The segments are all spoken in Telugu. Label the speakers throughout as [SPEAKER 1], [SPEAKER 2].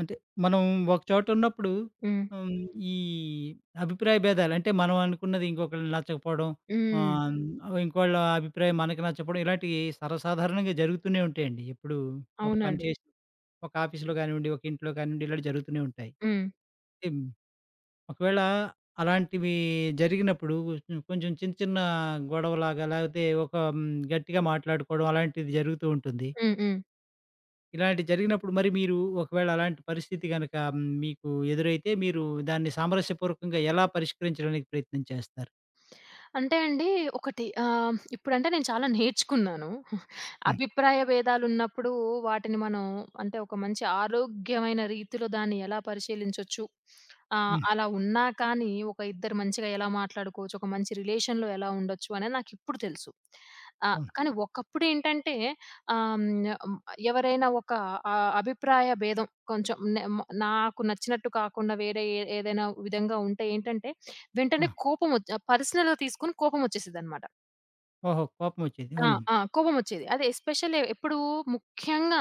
[SPEAKER 1] అంటే మనం ఒకచోట ఉన్నప్పుడు
[SPEAKER 2] హ్మ్.
[SPEAKER 1] హ్మ్. ఈ అభిప్రాయ భేదాలు అంటే మనం అనుకున్నది ఇంకొకళ్ళకి నచ్చకపోవడం,
[SPEAKER 2] హ్మ్.
[SPEAKER 1] ఇంకోళ్ళ అభిప్రాయం మనకి నచ్చకపోవడం ఇలాంటివి సర్వసాధారణంగా జరుగుతూనే ఉంటాయండి. ఎప్పుడు ఒక పని
[SPEAKER 2] అవునండి.
[SPEAKER 1] చేసి ఒక ఆఫీస్‌లో కానివ్వండి, ఒక ఇంట్లో కానివ్వండి ఇలాంటివి జరుగుతూనే ఉంటాయి.
[SPEAKER 2] హ్మ్.
[SPEAKER 1] హ్మ్. ఒకవేళ అలాంటివి జరిగినప్పుడు కొంచెం కొంచెం చిన్న చిన్న గొడవలాగా లేకపోతే ఒక గట్టిగా మాట్లాడుకోవడం అలాంటిది జరుగుతూ ఉంటుంది.
[SPEAKER 2] హ్మ్. హ్మ్.
[SPEAKER 1] ఇలాంటివి జరిగినప్పుడు మరి మీరు ఒకవేళ అలాంటి పరిస్థితి గనక మీకు ఎదురైతే మీరు దాన్ని సామరస్యపూర్వకంగా ఎలా పరిష్కరించడానికి ప్రయత్నం చేస్తారు?
[SPEAKER 2] అంటే అండి ఒకటి ఇప్పుడంటే నేను చాలా నేర్చుకున్నాను.
[SPEAKER 1] హ్మ్.
[SPEAKER 2] అభిప్రాయ భేదాలున్నప్పుడు వాటిని మనం అంటే ఒక మంచి ఆరోగ్యమైన రీతిలో దాన్ని ఎలా పరిశీలించొచ్చు.
[SPEAKER 1] హ్మ్.
[SPEAKER 2] అలా ఉన్నా కానీ ఒక ఇద్దరు మంచిగా ఎలా మాట్లాడుకోవచ్చు, ఒక మంచి రిలేషన్‌లో ఎలా ఉండొచ్చు అనేది నాకిప్పుడు తెలుసు.
[SPEAKER 1] అవును.
[SPEAKER 2] కానీ ఒకప్పుడేంటంటే ఆహ్, హ్మ్, ఎవరైనా ఒక అభిప్రాయ భేదం కొంచెం నాకు నచ్చినట్టు కాకుండా వేరే ఏదైనా విధంగా ఉంటే ఏంటంటే
[SPEAKER 1] ఆ!
[SPEAKER 2] వెంటనే పర్సనల్‌గా తీసుకొని కోపమొచ్చేసిద్దనమాట.
[SPEAKER 1] ఓహో! కోపమొచ్చేది.
[SPEAKER 2] ఆ!
[SPEAKER 1] అవును.
[SPEAKER 2] ఆ! కోపమొచ్చేది. అదే ఎస్పెషల్లీ ముఖ్యంగా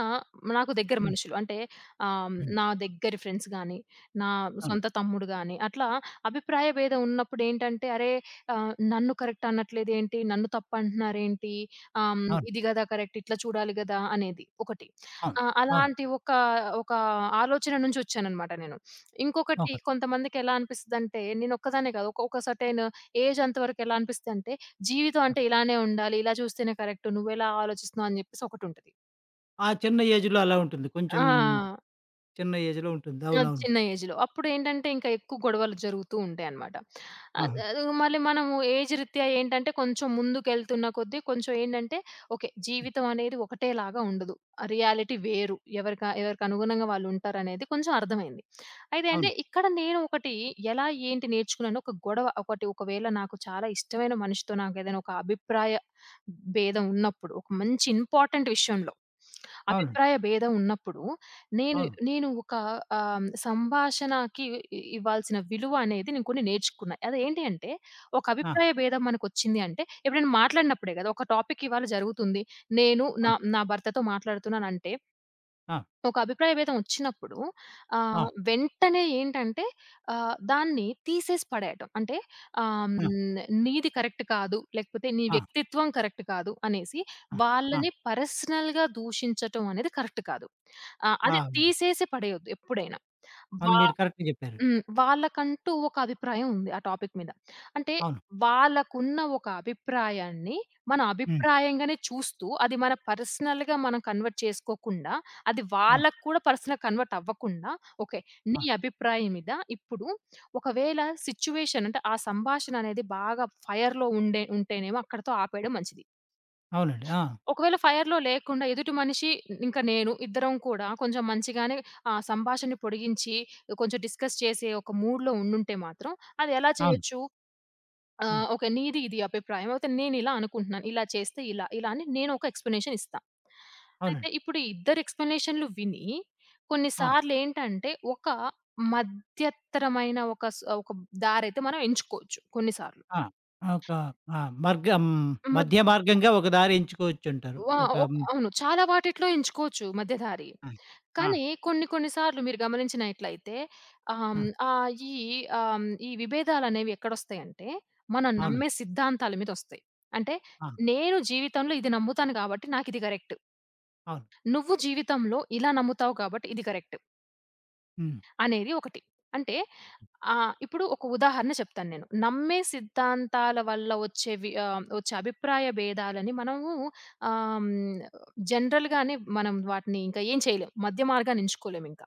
[SPEAKER 2] నాకు దగ్గర
[SPEAKER 1] హ్మ్.
[SPEAKER 2] మనుషులు. అంటే
[SPEAKER 1] హ్మ్.
[SPEAKER 2] నా దగ్గరి ఫ్రెండ్స్ గానీ, నా
[SPEAKER 1] అవును.
[SPEAKER 2] సొంత తమ్ముడు గానీ, అట్లా అభిప్రాయ భేదం ఉన్నప్పుడేంటంటే, అరే! నన్ను కరెక్ట్ అనట్లేదేంటి? నన్ను తప్పంటున్నారేంటి?
[SPEAKER 1] అవును.
[SPEAKER 2] ఇది గదా కరెక్ట్, ఇట్లా చూడాలి గదా! అనేది ఒకటి.
[SPEAKER 1] అవును. అవును.
[SPEAKER 2] అలాంటి ఒక ఆలోచన నుంచి ఒచ్చాననమాట నేను. ఇంకొకటి
[SPEAKER 1] ఓకే.
[SPEAKER 2] కొంతమందికెలా అనిపిస్తదంటే, నేనొక్కదాన్నే కాదు, ఒక సర్టెన్ ఏజ్ అంతవరకు ఎలా అనిపిస్తదంటే జీవితం
[SPEAKER 1] ఆ!
[SPEAKER 2] అంటే ఇలానే ఉండాలి. ఇలా చూస్తేనే కరెక్ట్. నువ్వెలా ఆలోచిస్తున్నావు అని జెప్పేసి ఒకటుంటది.
[SPEAKER 1] ఆ చిన్న ఏజ్‌లో అలా ఉంటుంది.
[SPEAKER 2] ఆ!
[SPEAKER 1] కొంచెం
[SPEAKER 2] హ్మ్.
[SPEAKER 1] చిన్న ఏజ్‌లో ఉంటుంది.
[SPEAKER 2] ఆ!
[SPEAKER 1] అవునవును.
[SPEAKER 2] చిన్న ఏజ్‌లో. అప్పుడేంటంటే ఇంకా ఎక్కువ గొడవలు జరుగుతూ ఉంటాయన్నమాట. ఆహ్,
[SPEAKER 1] ఆహా!
[SPEAKER 2] ఆహ్, మళ్ళీ మనము ఏజ్ రీత్యా ఏంటంటే కొంచెం ముందుకెళ్తున్న కొద్దీ కొంచెం ఏంటంటే ఓకే.
[SPEAKER 1] హ్మ్.
[SPEAKER 2] జీవితం అనేది ఒకటేలాగా ఉండదు. ఆ రియాలిటీ వేరు. ఎవరికి అనుగుణంగా వాళ్ళు ఉంటారనేది కొంచెం అర్థమైంది. అయితే
[SPEAKER 1] అవును.
[SPEAKER 2] అంటే ఇక్కడ నేను ఒకటి ఎలా ఏంటి నేర్చుకున్నాను ఒక గొడవ ఒకటి ఒకవేళ నాకు చాలా ఇష్టమైన మనిషితో నాకేదైనా ఒక అభిప్రాయ భేదం ఉన్నప్పుడు, ఒక మంచి ఇంపార్టెంట్ విషయంలో
[SPEAKER 1] అవునండి.
[SPEAKER 2] అభిప్రాయ భేదం ఉన్నప్పుడు నేను
[SPEAKER 1] అవును.
[SPEAKER 2] నేను ఒక సంభాషణకి ఇవ్వాల్సిన విలువ అనేది నేను కొన్ని నేర్చుకున్నా. అదేంటి అంటే, ఒక
[SPEAKER 1] ఆ!
[SPEAKER 2] అభిప్రాయ భేదం మనకొచ్చింది అంటే, ఎప్పుడైనా మాట్లాడినప్పుడే గదా! ఒక టాపిక్ ఇవాళ జరుగుతుంది. నేను నా
[SPEAKER 1] అవును.
[SPEAKER 2] నా భర్తతో మాట్లాడుతున్నానంటే
[SPEAKER 1] ఆ!
[SPEAKER 2] ఒక అభిప్రాయ భేదం వచ్చినప్పుడు
[SPEAKER 1] ఆ!
[SPEAKER 2] వెంటనే ఏంటంటే దాన్ని తీసేసి పడేయటం. అంటే ఆహ్,
[SPEAKER 1] ఆ! ఆ!
[SPEAKER 2] హ్మ్, నీది కరెక్ట్ కాదు, లేకపోతే నీ
[SPEAKER 1] ఆ!
[SPEAKER 2] వ్యక్తిత్వం కరెక్ట్ కాదు అనేసి
[SPEAKER 1] ఆ!
[SPEAKER 2] వాళ్ళని పర్సనల్‌గా దూషించటం అనేది కరెక్ట్ కాదు.
[SPEAKER 1] ఆ!
[SPEAKER 2] అది తీసేసి పడేయొద్దు ఎప్పుడైనా.
[SPEAKER 1] అవును.
[SPEAKER 2] వా
[SPEAKER 1] మీరు కరెక్ట్‌గా చెప్పారు.
[SPEAKER 2] హ్మ్. వాళ్ళకంటూ ఒక అభిప్రాయం ఉంది ఆ టాపిక్ మీద. అంటే
[SPEAKER 1] అవును.
[SPEAKER 2] వాళ్ళకున్న ఒక అభిప్రాయాన్ని మన
[SPEAKER 1] హ్మ్.
[SPEAKER 2] అభిప్రాయంగానే చూస్తూ, అది మన పర్సనల్‌గా మనం కన్వర్ట్ చేసుకోకుండా, అది
[SPEAKER 1] ఆ!
[SPEAKER 2] వాళ్ళకి కూడా పర్సనల్ కన్వర్ట్ అవ్వకుండా, ఓకే.
[SPEAKER 1] ఆ!
[SPEAKER 2] నీ అభిప్రాయం ఇదా? ఇప్పుడు ఒకవేళ సిట్యుయేషన్ అంటే ఆ సంభాషణ అనేది బాగా ఫైర్‌లో ఉండే ఉంటేనేమో అక్కడితో ఆపేయడం మంచిది.
[SPEAKER 1] అవునండి. ఆ!
[SPEAKER 2] ఒకవేళ ఫైర్‌లో లేకుండా ఎదుటి మనిషి ఇంకా నేను ఇద్దరం కూడా కొంచెం మంచిగానే సంభాషణని పొడిగించి కొంచెం డిస్కస్ చేసే ఒక మూడ్‌లో ఉండుంటే మాత్రం అది ఎలా
[SPEAKER 1] అవును.
[SPEAKER 2] చేయొచ్చు?
[SPEAKER 1] హ్మ్.
[SPEAKER 2] ఓకే. నీది ఇది అభిప్రాయం. అయితే నేనిలా అనుకుంటున్నాను. ఇలా చేస్తే ఇలా అని నేను ఒక ఎక్స్‌ప్లనేషన్ ఇస్తా. అయితే
[SPEAKER 1] అవునండి.
[SPEAKER 2] ఇప్పుడు ఈ ఇద్దరి ఎక్స్‌ప్లనేషన్‌లు విని కొన్ని
[SPEAKER 1] ఆ!
[SPEAKER 2] సార్లేంటంటే ఒక మధ్యతరమైన ఒక దారైతే మనం ఎంచుకోవచ్చు కొన్ని సార్లు.
[SPEAKER 1] ఆ! ఒక ఆ! మార్గం
[SPEAKER 2] మద్
[SPEAKER 1] మధ్య మార్గంగా ఒక దారి ఎంచుకోవచ్చంటారు.
[SPEAKER 2] వ
[SPEAKER 1] ఒక
[SPEAKER 2] ఒ
[SPEAKER 1] హ్మ్.
[SPEAKER 2] అవును. చాలా వాటిట్లో ఎంచుకోవచ్చు మధ్యదారి.
[SPEAKER 1] ఆ! ఆ!
[SPEAKER 2] కానీ కొన్ని కొన్ని సార్లు మీరు గమనించినట్లయితే ఆహ్,
[SPEAKER 1] ఆ!
[SPEAKER 2] హ్మ్, ఆహ్, ఈ ఆహ్, హ్మ్, ఈ విభేదాలనేవి ఎక్కడొస్తాయంటే, మనం
[SPEAKER 1] అవునండి.
[SPEAKER 2] నమ్మే సిద్ధాంతాల మీదొస్తాయి. అంటే
[SPEAKER 1] ఆ!
[SPEAKER 2] నేను జీవితంలో ఇది నమ్ముతాను గాబట్టి నాకిది కరెక్ట్.
[SPEAKER 1] అవును.
[SPEAKER 2] నువ్వు జీవితంలో ఇలా నమ్ముతావు కాబట్టి ఇది కరెక్ట్
[SPEAKER 1] హ్మ్.
[SPEAKER 2] అనేది ఒకటి. అంటే ఇప్పుడు ఒక ఉదాహరణ చెప్తాను నేను. నమ్మే సిద్ధాంతాల వల్ల వచ్చే అభిప్రాయ భేదాలని మనము ఆహ్, హ్మ్, జనరల్‌గానే మనం వాటిని ఇంకా ఏం చేయలేం. మధ్య మార్గాన్ని ఎంచుకోలేమింక.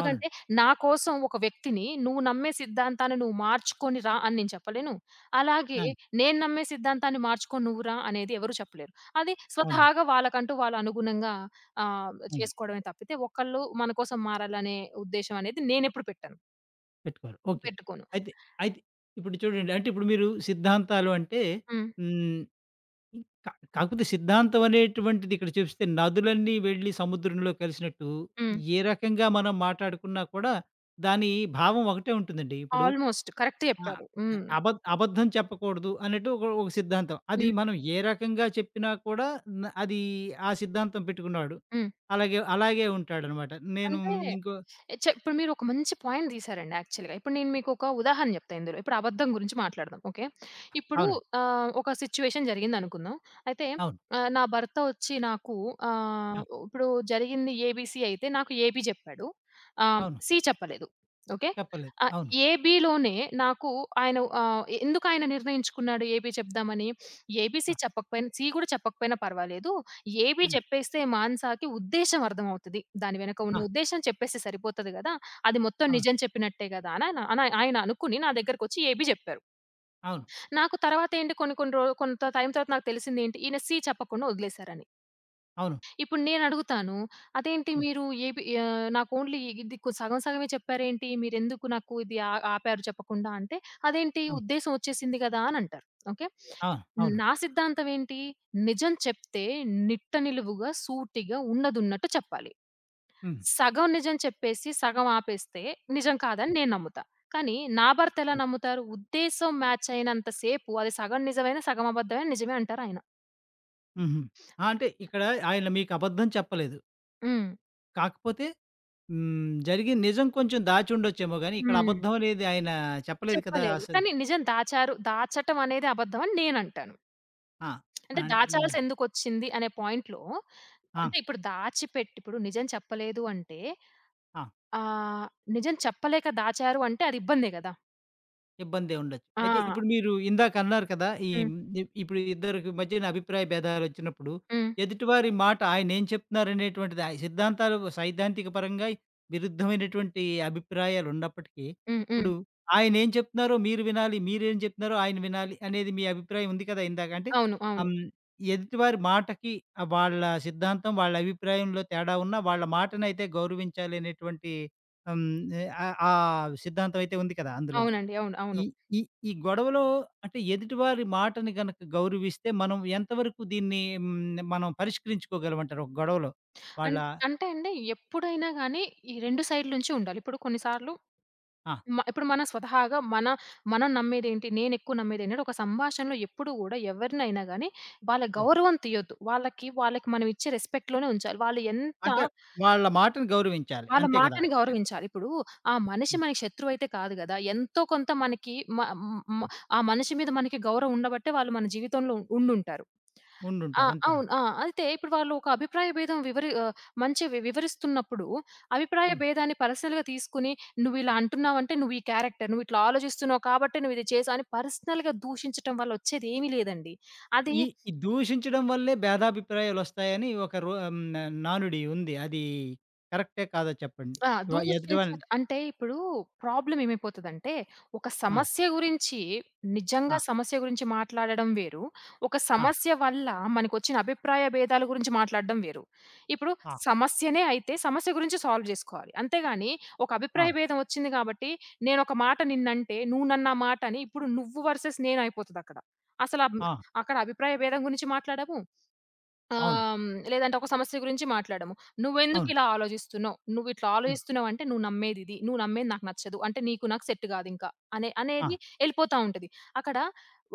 [SPEAKER 1] అవునండి.
[SPEAKER 2] నా కోసం ఒక వ్యక్తిని నువ్వు నమ్మే సిద్ధాంతాన్ని నువ్వు మార్చుకొని రా అని నేను చెప్పలేను. అలాగే
[SPEAKER 1] ఆ!
[SPEAKER 2] నేను నమ్మే సిద్ధాంతాన్ని మార్చుకొని నువ్వు రా అనేది ఎవరు చెప్పలేరు. అది
[SPEAKER 1] అవునండి.
[SPEAKER 2] స్వతహాగా వాళ్ళకంటూ వాళ్ళు అనుగుణంగా
[SPEAKER 1] హ్మ్.
[SPEAKER 2] చేసుకోవడమే తప్పితే ఒకళ్ళు మన కోసం మారాలనే ఉద్దేశ్యం అనేది నేనెప్పుడు పెట్టను.
[SPEAKER 1] పెట్టుకోరు. ఓకే.
[SPEAKER 2] పెట్టుకోను.
[SPEAKER 1] అయితే అయితే ఇప్పుడు చూడండి, అంటే ఇప్పుడు మీరు సిద్ధాంతాలు అంటే
[SPEAKER 2] హ్మ్.
[SPEAKER 1] హ్మ్. కాకపోతే సిద్ధాంతం అనేటువంటిది ఇక్కడ చూపిస్తే, నదులన్నీ వెళ్లి సముద్రంలో కలిసినట్టు
[SPEAKER 2] హ్మ్.
[SPEAKER 1] ఏ రకంగా మనం మాట్లాడుకున్నా కూడా దాని భావం ఒకటే ఉంటుందండి. ఇప్పుడు
[SPEAKER 2] ఆల్‌మోస్ట్ కరెక్ట్
[SPEAKER 1] ఆ!
[SPEAKER 2] చెప్పారు. హ్మ్.
[SPEAKER 1] అబ అబద్ధం చెప్పకూడదు అన్నట్టు ఒక ఒక సిద్ధాంతం. అది
[SPEAKER 2] హ్మ్.
[SPEAKER 1] మనం ఏ రకంగా చెప్పినా కూడా అది ఆ సిద్ధాంతం పెట్టుకున్నాడు.
[SPEAKER 2] హ్మ్.
[SPEAKER 1] అలాగే అలాగే ఉంటాడనమాట. నేను
[SPEAKER 2] అంటే
[SPEAKER 1] ఇంకో
[SPEAKER 2] ఇప్పుడు మీరు ఒక మంచి పాయింట్ తీశారండి యాక్చువల్‌గా. ఇప్పుడు నేను మీకు ఒక ఉదాహరణ చెప్తా ఇందులో. ఇప్పుడు అబద్ధం గురించి మాట్లాడదాం. ఓకే. ఇప్పుడు
[SPEAKER 1] అవునండి.
[SPEAKER 2] ఒక సిట్యుయేషన్ జరిగిందనుకుందాం. అయితే
[SPEAKER 1] అవును.
[SPEAKER 2] నా భర్త వచ్చి నాకు
[SPEAKER 1] ఆ!
[SPEAKER 2] ఇప్పుడు జరిగింది ఏబీసీ అయితే నాకు ఏబీ చెప్పాడు.
[SPEAKER 1] అవును.
[SPEAKER 2] సి చెప్పలేదు. ఓకే.
[SPEAKER 1] చెప్పలేదు.
[SPEAKER 2] ఆహ్,
[SPEAKER 1] అవును.
[SPEAKER 2] ఏబీలోనే నాకు ఎందుకు ఆయన నిర్ణయించుకున్నాడు ఏబీ చెప్దామని?
[SPEAKER 1] ఆ!
[SPEAKER 2] ఏబీసీ చెప్పకపోయినా సి కూడా చెప్పకపోయినా పర్వాలేదు. ఏబీ
[SPEAKER 1] హ్మ్.
[SPEAKER 2] జెప్పేస్తే మానసాకి ఉద్దేశ్యం అర్థమవుతది. దాని వెనక
[SPEAKER 1] ఆ!
[SPEAKER 2] ఉన్న ఉద్దేశ్యం చెప్పేస్తే సరిపోతది గదా! అది మొత్తం
[SPEAKER 1] అవును.
[SPEAKER 2] నిజం చెప్పినట్టే గదా! అని ఆయన అనుకుని నా దగ్గరకొచ్చి ఏబీ జెప్పారు.
[SPEAKER 1] అవును.
[SPEAKER 2] నాకు తర్వాతేంటి కొన్ని కొన్ని రో కొంత టైం తర్వాత నాకు తెలిసిందేంటి ఈయన సి చెప్పకుండా వదిలేసారని.
[SPEAKER 1] అవును.
[SPEAKER 2] ఇప్పుడు నేనడుగుతాను. అదేంటి
[SPEAKER 1] హ్మ్.
[SPEAKER 2] మీరు నాకు ఓన్లీ ఇది సగం సగమే చెప్పారేంటి? మీరెందుకు నాకు ఇది ఆపారు చెప్పకుండా అంటే, అదేంటి
[SPEAKER 1] అవును.
[SPEAKER 2] ఉద్దేశ్యం వచ్చేసింది గదా! అనంటారు. ఓకే.
[SPEAKER 1] అవును. అవును.
[SPEAKER 2] నా సిద్ధాంతం ఏంటి? నిజం చెప్తే నిట్ట నిలువుగా, సూటిగా ఉన్నదున్నట్టు చెప్పాలి.
[SPEAKER 1] హ్మ్.
[SPEAKER 2] సగం నిజం చెప్పేసి, సగం ఆపేస్తే నిజం కాదని
[SPEAKER 1] హ్మ్.
[SPEAKER 2] నేను నమ్ముతా. కానీ నా భర్త ఎలా
[SPEAKER 1] హ్మ్.
[SPEAKER 2] నమ్ముతారు? ఉద్దేశ్యం మ్యాచ్ అయినంత సేపు అది సగం నిజమైన, సగం అబద్ధమైన నిజమే అంటారాయన.
[SPEAKER 1] హుహు. ఆ! అంటే ఇక్కడ ఆయన మీకు అబద్ధం చెప్పలేదు.
[SPEAKER 2] హ్మ్.
[SPEAKER 1] కాకపోతే హ్మ్. జరిగిన నిజం కొంచెం దాచి ఉండొచ్చేమో గాని, ఇక్కడ
[SPEAKER 2] హ్మ్.
[SPEAKER 1] అబద్ధం అనేది ఆయన చెప్పలేదు కదా!
[SPEAKER 2] చెప్పలేదు.
[SPEAKER 1] అసలు.
[SPEAKER 2] కానీ నిజం దాచారు. దాచటం అనేది అబద్ధం అని నేనంటాను.
[SPEAKER 1] ఆ!
[SPEAKER 2] అంటే
[SPEAKER 1] అంటే హ్మ్.
[SPEAKER 2] దాచాల్సెందుకొచ్చింది అనే పాయింట్‌లో
[SPEAKER 1] ఆ!
[SPEAKER 2] అంటే ఇప్పుడు దాచిపెట్టి ఇప్పుడు నిజం చెప్పలేదు అంటే
[SPEAKER 1] ఆ!
[SPEAKER 2] ఆహ్, నిజం చెప్పలేక దాచారు అంటే అది ఇబ్బందే గదా!
[SPEAKER 1] ఇబ్బందే ఉండొచ్చు. అయితే ఇప్పుడు
[SPEAKER 2] ఆ!
[SPEAKER 1] మీరు ఇందాక అన్నారు కదా! ఈ
[SPEAKER 2] హ్మ్.
[SPEAKER 1] ఇప్పుడు ఇద్దరికి మధ్యన అభిప్రాయ భేదాలొచ్చినప్పుడు,
[SPEAKER 2] హ్మ్.
[SPEAKER 1] ఎదుటివారి మాట ఆయనేం చెప్తున్నారనేటువంటిది ఆ సిద్ధాంతాలు సైద్ధాంతిక పరంగా విరుద్ధమైనటువంటి అభిప్రాయాలున్నప్పటికీ,
[SPEAKER 2] హ్మ్. హ్మ్.
[SPEAKER 1] ఇప్పుడు ఆయనేం చెప్తున్నారో మీరు వినాలి, మీరేం చెప్తున్నారో ఆయన వినాలి అనేది మీ అభిప్రాయం ఉంది కదా ఇందాక. అంటే
[SPEAKER 2] అవును.
[SPEAKER 1] ఆహ్,
[SPEAKER 2] అవును.
[SPEAKER 1] హ్మ్, ఎదుటివారి మాటకి వాళ్ళ సిద్ధాంతం, వాళ్ళ అభిప్రాయంలో తేడా ఉన్నా వాళ్ళ మాటనైతే గౌరవించాలనేటువంటి హ్మ్, ఆ ఆ సిద్ధాంతం అయితే ఉంది కదా అందులో.
[SPEAKER 2] అవునండి. అవును.
[SPEAKER 1] ఈ
[SPEAKER 2] అవును.
[SPEAKER 1] ఈ ఈ గొడవలో అంటే ఎదుటివారి మాటని గనక గౌరవిస్తే మనం ఎంతవరకు దీన్ని మనం పరిష్కరించుకోగలమంటారు ఒక గొడవలో? వాళ్ళ
[SPEAKER 2] అన్ అంటే అండి ఎప్పుడైనా గాని ఈ 2 సైడ్‌ల నుంచి ఉండాలి. ఇప్పుడు కొన్ని సార్లు
[SPEAKER 1] ఆ!
[SPEAKER 2] ఇప్పుడు మన స్వతహాగా మన మనం నమ్మేదేంటి? నేనెక్కువ నమ్మేదేంటంటే, ఒక సంభాషణలో ఎప్పుడు గూడా ఎవరినైనా గానీ వాళ్ళ
[SPEAKER 1] హ్మ్.
[SPEAKER 2] గౌరవం తీయొద్దు. వాళ్ళకి వాళ్ళకి మనం ఇచ్చే రెస్పెక్ట్‌లోనే ఉంచాలి.
[SPEAKER 1] అంటే వాళ్ళ మాటను గౌరవించాలి.
[SPEAKER 2] వాళ్ళ
[SPEAKER 1] అంతే కదా!
[SPEAKER 2] మాటని గౌరవించాలి. ఇప్పుడు ఆ మనిషి
[SPEAKER 1] హ్మ్.
[SPEAKER 2] మనకి శత్రువైతే కాదు గదా! ఎంతో కొంత మనకి మ మ ఆ మనిషి మీద మనకి గౌరవం ఉండబట్టే వాళ్ళు మన జీవితంలో ఉండుంటారు. ఆ!
[SPEAKER 1] ఉండుంటారు. అంతేనండి.
[SPEAKER 2] అవును. ఆ! అయితే ఇప్పుడు వాళ్ళు ఒక అభిప్రాయ భేదం మంచి వివరిస్తున్నప్పుడు అభిప్రాయ
[SPEAKER 1] హ్మ్.
[SPEAKER 2] భేదాన్ని పర్సనల్‌గా తీసుకొని "నువ్విలా అంటున్నావంటే నువ్వు ఈ క్యారెక్టర్. నువ్విట్లా ఆలోచిస్తున్నావు కాబట్టే నువ్విది చేసావు" అని పర్సనల్‌గా దూషించటం వల్ల వచ్చేదేమీ లేదండి. అది.
[SPEAKER 1] ఈ ఈ దూషించడం వల్లే భేదాభిప్రాయాలొస్తాయని ఒక రో హ్మ్. నానుడి ఉంది. అది కరెక్టే కాదో చెప్పండి?
[SPEAKER 2] ఆ!
[SPEAKER 1] ఎదుటి వాళ్ళని
[SPEAKER 2] అంటే ఇప్పుడు ప్రాబ్లమ్ ఏమైపోతదంటే, ఒక
[SPEAKER 1] ఆ!
[SPEAKER 2] సమస్య గురించి నిజంగా
[SPEAKER 1] ఆ!
[SPEAKER 2] సమస్య గురించి మాట్లాడడం వేరు. ఒక
[SPEAKER 1] ఆ!
[SPEAKER 2] సమస్య వల్ల మనకొచ్చిన అభిప్రాయ భేదాల గురించి మాట్లాడడం వేరు. ఇప్పుడు
[SPEAKER 1] ఆ!
[SPEAKER 2] సమస్యనే అయితే సమస్య గురించి సాల్వ్ జేసుకోవాలి. అంతేగాని ఒక
[SPEAKER 1] ఆ!
[SPEAKER 2] అభిప్రాయ భేదం వచ్చింది గాబట్టి, నేనొక మాట నిన్నంటే, నువ్వు నన్ను ఆ మాట అని ఇప్పుడు నువ్వు వర్సెస్ నేనయిపోతదక్కడ. అసల అబ్
[SPEAKER 1] ఆ!
[SPEAKER 2] అక్కడ అభిప్రాయ భేదం గురించి మాట్లాడము. ఆహ్,
[SPEAKER 1] అవును.
[SPEAKER 2] హ్మ్. లేదంటే ఒక సమస్య గురించి మాట్లాడము.
[SPEAKER 1] అవును.
[SPEAKER 2] "నువ్వెందుకిలా ఆలోచిస్తున్నావు? నువ్విట్లా
[SPEAKER 1] హ్మ్.
[SPEAKER 2] ఆలోచిస్తున్నావంటే నువ్వు నమ్మేదిది. నువ్వు నమ్మేది నాకు నచ్చదు. అంటే నీకు నాకు సెట్ కాదింకా"
[SPEAKER 1] ఆ!
[SPEAKER 2] అనేది ఎళ్ళిపోతా ఉంటది. అక్కడ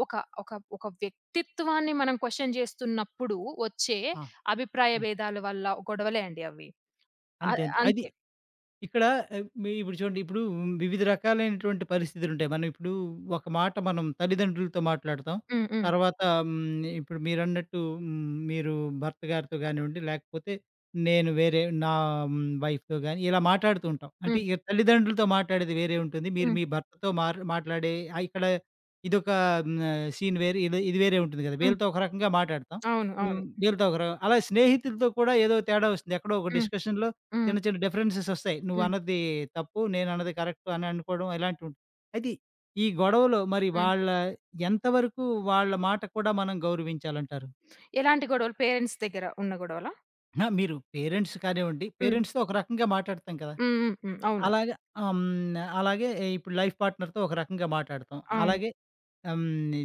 [SPEAKER 2] ఒక ఒక ఒక వ్యక్తిత్వాన్ని మనం క్వెషన్ చేస్తున్నప్పుడు వచ్చే
[SPEAKER 1] ఆ!
[SPEAKER 2] అభిప్రాయ
[SPEAKER 1] హ్మ్.
[SPEAKER 2] భేదాల వల్ల గొడవలే అండి అవి. అ
[SPEAKER 1] అంతే. అంతే. అది
[SPEAKER 2] అంతే.
[SPEAKER 1] ఇక్కడ మీ ఇప్పుడు చూడండి, ఇప్పుడు వివిధ రకాలైనటువంటి పరిస్థితులుంటాయి. మనం ఇప్పుడు ఒక మాట మనం తల్లిదండ్రులతో మాట్లాడతాం.
[SPEAKER 2] హ్మ్. హ్మ్.
[SPEAKER 1] తర్వాత ఇప్పుడు మీరన్నట్టు మీరు భర్త గారితో గానివ్వండి, లేకపోతే నేను వేరే నా హ్మ్, వైఫ్‌తో గాని ఇలా మాట్లాడుతూ ఉంటాం. అంటే
[SPEAKER 2] హ్మ్.
[SPEAKER 1] ఇక తల్లిదండ్రులతో మాట్లాడేది వేరే ఉంటుంది. మీరు
[SPEAKER 2] హ్మ్.
[SPEAKER 1] మీ భర్తతో మాట్లాడే ఇక్కడ ఇదొక హ్మ్, సీన్ వేరే ఇది ఇది వేరే ఉంటుంది గదా!
[SPEAKER 2] హ్మ్.
[SPEAKER 1] వీళ్ళతో ఒక రకంగా మాట్లాడతాం.
[SPEAKER 2] అవును.
[SPEAKER 1] హ్మ్,
[SPEAKER 2] అవును.
[SPEAKER 1] వీళ్ళతో ఒక ర అలా స్నేహితులతో కూడా ఏదో తేడా వస్తుంది. ఎక్కడో ఒక
[SPEAKER 2] హ్మ్.
[SPEAKER 1] డిస్కషన్‌లో
[SPEAKER 2] హ్మ్.
[SPEAKER 1] చిన్న చిన్న డిఫరెన్సెస్ వస్తాయి.
[SPEAKER 2] హ్మ్.
[SPEAKER 1] నువ్వన్నది తప్పు, నేనన్నది కరెక్టు అని అనుకోవడం ఇలాంటివి ఉంటాయి. అయితే ఈ గొడవలో మరి
[SPEAKER 2] హ్మ్.
[SPEAKER 1] వాళ్ళ ఎంతవరకు వాళ్ళ మాట కూడా మనం గౌరవించాలంటారు?
[SPEAKER 2] ఎలాంటి గొడవలు? పేరెంట్స్ దగ్గర ఉన్న గొడవలా?
[SPEAKER 1] ఆ! మీరు పేరెంట్స్ కానివ్వండి,
[SPEAKER 2] హ్మ్.
[SPEAKER 1] పేరెంట్స్‌తో ఒక రకంగా మాట్లాడతాం కదా!
[SPEAKER 2] హ్మ్. హ్మ్. హ్మ్. అవును.
[SPEAKER 1] అలాగే ఆహ్, హ్మ్. అలాగే ఇప్పుడు లైఫ్ పార్ట్నర్‌తో ఒక రకంగా మాట్లాడతాం.
[SPEAKER 2] అవును.
[SPEAKER 1] అలాగే ఆహ్, హ్మ్.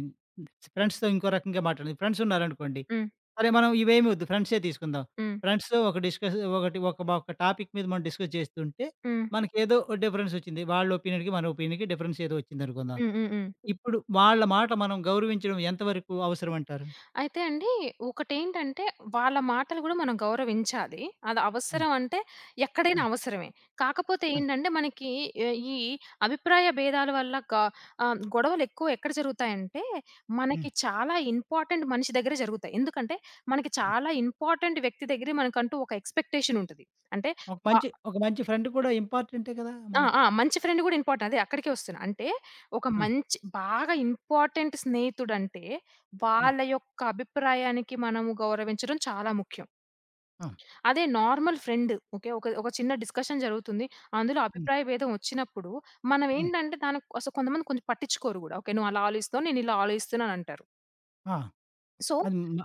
[SPEAKER 1] ఫ్రెండ్స్‌తో ఇంకో రకంగా మాట్లాడాలి. ఫ్రెండ్స్ ఉన్నారనుకోండి.
[SPEAKER 2] హ్మ్.
[SPEAKER 1] సరే మనం ఇవేమి వద్దు, ఫ్రెండ్సే తీసుకుందాం.
[SPEAKER 2] హ్మ్.
[SPEAKER 1] ఫ్రెండ్స్‌తో ఒక డిస్కస్ ఒకటి ఒక ఒక టాపిక్ మీద మనం డిస్కస్ చేస్తుంటే
[SPEAKER 2] హ్మ్.
[SPEAKER 1] మనకేదో డిఫరెన్స్ వచ్చింది. వాళ్ళ ఒపీనియన్‌కి, మన ఒపీనియన్‌కి డిఫరెన్స్ ఏదో వచ్చిందనుకుందాం.
[SPEAKER 2] హ్మ్. హ్మ్. హ్మ్.
[SPEAKER 1] ఇప్పుడు వాళ్ళ మాట మనం గౌరవించడం ఎంతవరకు అవసరం అంటారు?
[SPEAKER 2] అయితే అండి, ఒకటేంటంటే వాళ్ళ మాటలు గూడా మనం గౌరవించాలి. అది
[SPEAKER 1] హ్మ్.
[SPEAKER 2] అవసరం అంటే ఎక్కడైనా
[SPEAKER 1] హ్మ్.
[SPEAKER 2] అవసరమే. కాకపోతే
[SPEAKER 1] హ్మ్.
[SPEAKER 2] ఏంటంటే మనకి ఆహ్, ఈ అభిప్రాయ భేదాల వల్ల గొడవలెక్కువ ఎక్కడ జరుగుతాయంటే,
[SPEAKER 1] హ్మ్.
[SPEAKER 2] మనకి చాలా ఇంపార్టెంట్ మనిషి దగ్గర జరుగుతాయి. ఎందుకంటే, మనకి
[SPEAKER 1] హ్మ్.
[SPEAKER 2] చాలా ఇంపార్టెంట్ వ్యక్తి దగ్గరే మనకంటూ ఒక ఎక్స్‌పెక్టేషన్ ఉంటది. అంటే
[SPEAKER 1] ఒక
[SPEAKER 2] వ
[SPEAKER 1] మంచి ఒక మంచి ఫ్రెండ్ కూడా ఇంపార్టెంటే కదా
[SPEAKER 2] ఆ!
[SPEAKER 1] మనకి!
[SPEAKER 2] ఆ! మంచి ఫ్రెండ్ గూడా ఇంపార్టెంట్. అదే అక్కడికే వస్తున్నా. అంటే ఒక
[SPEAKER 1] హ్మ్.
[SPEAKER 2] మంచి బాగా ఇంపార్టెంట్ స్నేహితుడంటే,
[SPEAKER 1] హ్మ్.
[SPEAKER 2] వాళ్ళ యొక్క అభిప్రాయానికి మనము గౌరవించడం చాలా ముఖ్యం.
[SPEAKER 1] ఆ!
[SPEAKER 2] అదే నార్మల్ ఫ్రెండ్ ఓకే. ఒక ఒక చిన్న డిస్కషన్ జరుగుతుంది. అందులో
[SPEAKER 1] హ్మ్.
[SPEAKER 2] అభిప్రాయ భేదం వచ్చినప్పుడు, మనం
[SPEAKER 1] హ్మ్.
[SPEAKER 2] ఏంటంటే దానికి అసలు కొంతమంది కొంచెం పట్టించుకోరు గూడా. ఓకే. నువ్వు అలా ఆలోచిస్తావు. నేను ఇలా ఆలోచిస్తున్నాను అంటారు.
[SPEAKER 1] ఆ!
[SPEAKER 2] సో,
[SPEAKER 1] అది మ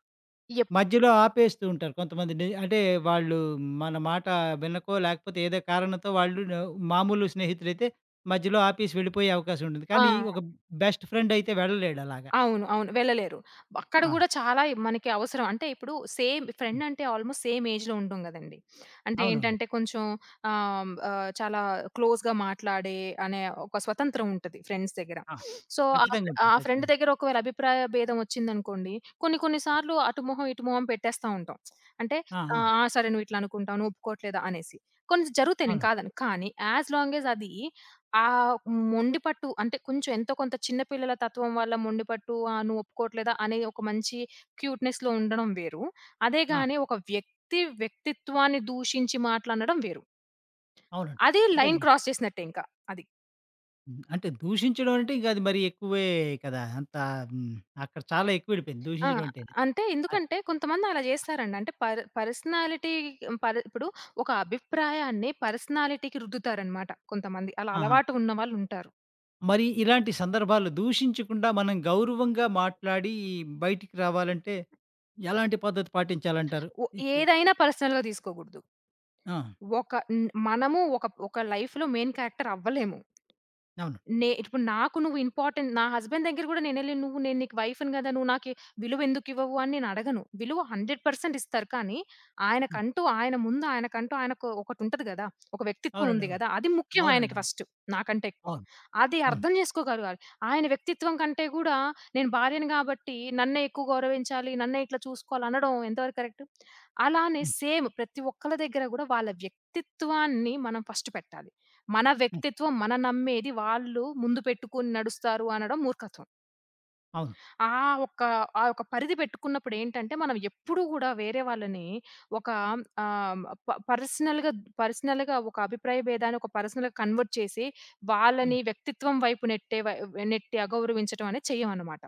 [SPEAKER 2] ఎప్
[SPEAKER 1] మధ్యలో ఆపేస్తూ ఉంటారు కొంతమంది. అంటే వాళ్ళు మన మాట వినకో, లేకపోతే ఏదో కారణంతో వాళ్ళు మామూలు స్నేహితులైతే మధ్యలో ఆపేసి వెళ్ళిపోయే అవకాశం ఉంటుంది.
[SPEAKER 2] ఆ!
[SPEAKER 1] కానీ ఒక బెస్ట్ ఫ్రెండ్ అయితే వెళ్ళలేడు అలాగా.
[SPEAKER 2] అవును. అవును. వెళ్ళలేరు. అక్కడ
[SPEAKER 1] ఆ!
[SPEAKER 2] గూడా చాలా మనకి అవసరం. అంటే ఇప్పుడు సేమ్ ఫ్రెండ్
[SPEAKER 1] హ్మ్.
[SPEAKER 2] అంటే ఆల్‌మోస్ట్ సేమ్ ఏజ్‌లో ఉంటాం గదండీ. అంటే
[SPEAKER 1] అవునవును.
[SPEAKER 2] ఏంటంటే కొంచెం ఆహ్, ఆహ్, చాలా క్లోజ్‌గా మాట్లాడే అనే ఒక స్వతంత్రం ఉంటది ఫ్రెండ్స్ దగ్గర.
[SPEAKER 1] ఆ!
[SPEAKER 2] సో,
[SPEAKER 1] ఖచ్చితంగా
[SPEAKER 2] ఆ
[SPEAKER 1] ఉంటుంది.
[SPEAKER 2] ఫ్రెండ్
[SPEAKER 1] ఖచ్చితంగా.
[SPEAKER 2] దగ్గర ఒకవేళ అభిప్రాయ భేదం వచ్చిందనుకోండి, కొన్ని కొన్ని సార్లు అటు మొహం, ఇటు మొహం పెట్టేస్తా ఉంటాం. అంటే
[SPEAKER 1] ఆ! ఆ!
[SPEAKER 2] "ఆ! సరే నువ్వు ఇట్లా అనుకుంటావు. నువ్వు ఒప్పుకోవట్లేదా?" అనేసి. కొన్ని జరుగుతాయి నేను
[SPEAKER 1] అవును.
[SPEAKER 2] కాదను. కానీ యాస్ లాంగ్ యాస్ అది ఆ మొండిపట్టు అంటే కొంచెం ఎంతో కొంత చిన్న పిల్లల తత్వం వల్ల మొండిపట్టు నువ్వు ఒప్పుకోవట్లేదా అనే ఒక మంచి క్యూట్‌నెస్‌లో ఉండడం వేరు. అదే
[SPEAKER 1] ఆ!
[SPEAKER 2] గాని ఒక వ్యక్తి వ్యక్తిత్వాన్ని దూషించి మాట్లాడడం వేరు.
[SPEAKER 1] అవునండి.
[SPEAKER 2] అది
[SPEAKER 1] అంటే
[SPEAKER 2] లైన్ క్రాస్ చేసినట్టే ఇంకా అది.
[SPEAKER 1] హ్మ్. అంటే దూషించడం అంటే ఇంక అది మరి ఎక్కువే కదా! అంత హ్మ్. అక్కడ చాలా ఎక్కువ వెళ్ళిపోయింది
[SPEAKER 2] ఆ!
[SPEAKER 1] దూషించడం అంటేనే.
[SPEAKER 2] అంటే
[SPEAKER 1] అ
[SPEAKER 2] ఎందుకంటే కొంతమంది అలా చేస్తారండి. అంటే పర్సనాలిటీ ఇప్పుడు ఒక అభిప్రాయాన్ని పర్సనాలిటీకి రుద్దుతారన్నమాట కొంతమంది. అలా
[SPEAKER 1] ఆహా!
[SPEAKER 2] అలవాటు ఉన్నవాళ్ళుంటారు.
[SPEAKER 1] మరి ఇలాంటి సందర్భాల్లో దూషించకుండా మనం గౌరవంగా మాట్లాడి బయటికి రావాలంటే ఎలాంటి పద్ధతి పాటించాలంటారు?
[SPEAKER 2] ఓ
[SPEAKER 1] ఎక్కువగా
[SPEAKER 2] ఏదైనా పర్సనల్‌గా తీసుకోకూడదు.
[SPEAKER 1] ఆ!
[SPEAKER 2] ఒక హ్మ్. మనము ఒక ఒక లైఫ్‌లో మెయిన్ క్యారెక్టర్ అవ్వలేము.
[SPEAKER 1] అవును.
[SPEAKER 2] ఇప్పుడు నాకు నువ్వు ఇంపార్టెంట్ నా హస్బెండ్ దగ్గర గూడా నేనెళ్ళి "నువ్వు నేను నీకు వైఫ్‌ని గదా! నువ్వు నాకు విలువెందుకివ్వవు" అని నేనడగను. విలువ 100% ఇస్తారు. కానీ
[SPEAKER 1] హ్మ్.
[SPEAKER 2] ఆయనకంటూ ఆయనకు ఒకటుంటది గదా! ఒక వ్యక్తిత్వం
[SPEAKER 1] అవునండి.
[SPEAKER 2] ఉంది
[SPEAKER 1] అవును.
[SPEAKER 2] గదా! అది ముఖ్యం
[SPEAKER 1] అవునండి.
[SPEAKER 2] ఆయనకి
[SPEAKER 1] అవును.
[SPEAKER 2] ఫస్ట్ నాకంటే ఎక్కువ.
[SPEAKER 1] అవును.
[SPEAKER 2] అది
[SPEAKER 1] అవును.
[SPEAKER 2] అర్థం జేసుకోగలగాలి. ఆయన వ్యక్తిత్వం కంటే గూడా నేను భార్యని గాబట్టి నన్నే ఎక్కువ గౌరవించాలి, నన్నే ఇట్లా చూసుకోవాలి అనడం ఎంతవరకు కరెక్ట్? అలానే
[SPEAKER 1] హ్మ్.
[SPEAKER 2] సేమ్ ప్రతి ఒక్కళ్ళ దగ్గర గూడా వాళ్ళ వ్యక్తిత్వాన్ని మనం ఫస్ట్ పెట్టాలి. మన
[SPEAKER 1] హ్మ్.
[SPEAKER 2] వ్యక్తిత్వం మనం నమ్మేది వాళ్ళు ముందు పెట్టుకొని నడుస్తారు అనడం మూర్ఖత్వం.
[SPEAKER 1] అవును.
[SPEAKER 2] ఆ ఒక్క ఆ యొక్క పరిధి పెట్టుకున్నప్పుడు ఏంటంటే, మనం ఎప్పుడూ గూడా వేరే వాళ్ళని ఒక ఆహ్, ప పర్సనల్‌గా, పర్సనల్‌గా ఒక అభిప్రాయ భేదాన్ని ఒక పర్సనల్‌గా కన్వర్ట్ చేసి,
[SPEAKER 1] హ్మ్.
[SPEAKER 2] వాళ్ళని వ్యక్తిత్వం వైపు నెట్టే వై నెట్టి అగౌరవించడం అనేది చెయ్యమనమాట.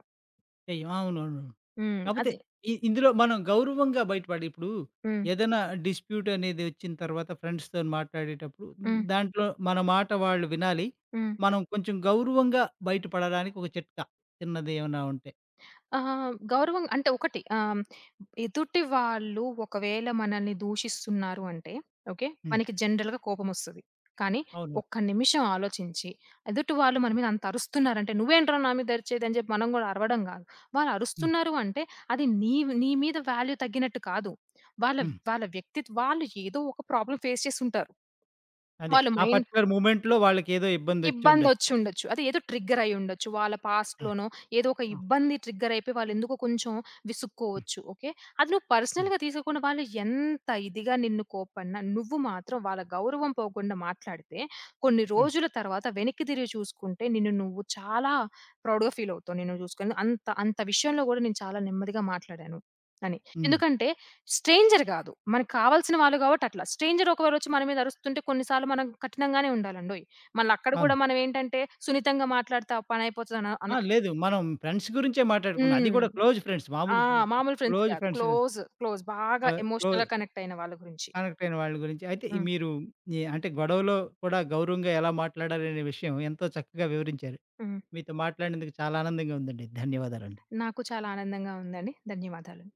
[SPEAKER 1] చెయ్యం. అవునవును.
[SPEAKER 2] హ్మ్.
[SPEAKER 1] కాపోతే
[SPEAKER 2] అది.
[SPEAKER 1] ఇందులో మనం గౌరవంగా బయటపడి ఇప్పుడు
[SPEAKER 2] హ్మ్.
[SPEAKER 1] ఏదైనా డిస్ప్యూట్ అనేది వచ్చిన తర్వాత ఫ్రెండ్స్‌తోని మాట్లాడేటప్పుడు
[SPEAKER 2] హ్మ్.
[SPEAKER 1] దాంట్లో మన మాట వాళ్ళు వినాలి.
[SPEAKER 2] హ్మ్.
[SPEAKER 1] మనం కొంచెం గౌరవంగా బయటపడడానికి ఒక చిట్కా చిన్నది ఏమైనా ఉంటే.
[SPEAKER 2] ఆహా! గౌరవం అంటే ఒకటి ఎదుటి వాళ్ళు ఒకవేళ మనల్ని దూషిస్తున్నారు అంటే ఓకే.
[SPEAKER 1] హ్మ్.
[SPEAKER 2] మనకి జనరల్‌గా కోపమొస్తది. కానీ
[SPEAKER 1] అవును.
[SPEAKER 2] ఒక్క నిమిషం ఆలోచించి ఎదుటి వాళ్ళు మన మీద అంత అరుస్తున్నారంటే "నువ్వేంట్రా నా మీద అరిచేది" అని చెప్పి మనం గూడా అరవడం గాదు. వాళ్ళు
[SPEAKER 1] హ్మ్.
[SPEAKER 2] అరుస్తున్నారు అంటే అది నీ నీ మీద వాల్యూ తగ్గినట్టు కాదు. వాళ్ళ
[SPEAKER 1] హ్మ్.
[SPEAKER 2] వాళ్ళ వ్యక్తిత్ వాళ్ళు ఏదో ఒక ప్రాబ్లమ్ ఫేస్ చేసుంటారు.
[SPEAKER 1] అదే.
[SPEAKER 2] వాళ్ళు
[SPEAKER 1] ఆ
[SPEAKER 2] మైండ్
[SPEAKER 1] పర్టిక్యులర్ మూమెంట్‌లో వాళ్ళకేదో ఇబ్బందొచ్చుండొచ్చు.
[SPEAKER 2] ఇబ్బందొచ్చుండొచ్చు. అది ఏదో ట్రిగ్గర్ అయ్యుండొచ్చు. వాళ్ళ
[SPEAKER 1] ఆ!
[SPEAKER 2] పాస్ట్‌లోనో ఏదో ఒక
[SPEAKER 1] ఆ!
[SPEAKER 2] ఇబ్బంది ట్రిగ్గర్ అయిపోయి వాళ్ళెందుకో కొంచెం
[SPEAKER 1] హ్మ్.
[SPEAKER 2] విసుక్కోవచ్చు. ఓకే. అది నువ్వు
[SPEAKER 1] హ్మ్.
[SPEAKER 2] పర్సనల్‌గా తీసుకోకుండా వాళ్ళు ఎంత ఇదిగా నిన్ను కోప్పడినా నువ్వు మాత్రం వాళ్ళ గౌరవం పోకుండా మాట్లాడితే కొన్ని
[SPEAKER 1] హ్మ్.
[SPEAKER 2] రోజుల తర్వాత వెనక్కి తిరిగి చూసుకుంటే నిన్ను నువ్వు చాలా ప్రౌడ్‌గా ఫీల్ అవుతావు. నిన్ను చూసుకొని అంత అంత విషయంలో గూడా నేను చాలా నెమ్మదిగా మాట్లాడాను అని.
[SPEAKER 1] హ్మ్.
[SPEAKER 2] ఎందుకంటే స్ట్రేంజర్ గాదు. మనకు కావాల్సిన వాళ్ళు గాబట్టి అట్లా. స్ట్రేంజర్ ఒకవేళ వచ్చి మన మీద అరుస్తుంటే కొన్ని సార్లు మనం కఠినంగానే ఉండాలండోయ్! మళ్ళక్కడ
[SPEAKER 1] అవును.
[SPEAKER 2] గూడా మనమేంటంటే, సున్నితంగా మాట్లాడితే ఆ పనయిపోతదన అన అన
[SPEAKER 1] ఆ! లేదు. మనం ఫ్రెండ్స్ గురించే మాట్లాడుకున్నాం. అది
[SPEAKER 2] హ్మ్.
[SPEAKER 1] కూడా క్లోజ్ ఫ్రెండ్స్.
[SPEAKER 2] ఆ!
[SPEAKER 1] మామూలు కు
[SPEAKER 2] మామూలు ఫ్రెండ్స్
[SPEAKER 1] క్లోజ్
[SPEAKER 2] కాదు.
[SPEAKER 1] ఫ్రెండ్స్ కాదు.
[SPEAKER 2] క్లోజ్, క్లోజ్ బాగా
[SPEAKER 1] క్లో క్లోజ్
[SPEAKER 2] ఎమోషనల్‌గా కనెక్ట్ అయిన వాళ్ళ గురించి.
[SPEAKER 1] కనెక్ట్ అయిన వాళ్ళ గురించి. అయితే ఈ
[SPEAKER 2] హ్మ్.
[SPEAKER 1] మీరు ఈ అంటే గొడవలో కూడా గౌరవంగా ఎలా మాట్లాడాలనే విషయం ఎంతో చక్కగా వివరించారు.
[SPEAKER 2] హ్మ్.
[SPEAKER 1] మీతో మాట్లాడినందుకు చాలా ఆనందంగా ఉందండి. ధన్యవాదాలండి.
[SPEAKER 2] నాకు చాలా ఆనందంగా ఉందండి. ధన్యవాదాలు.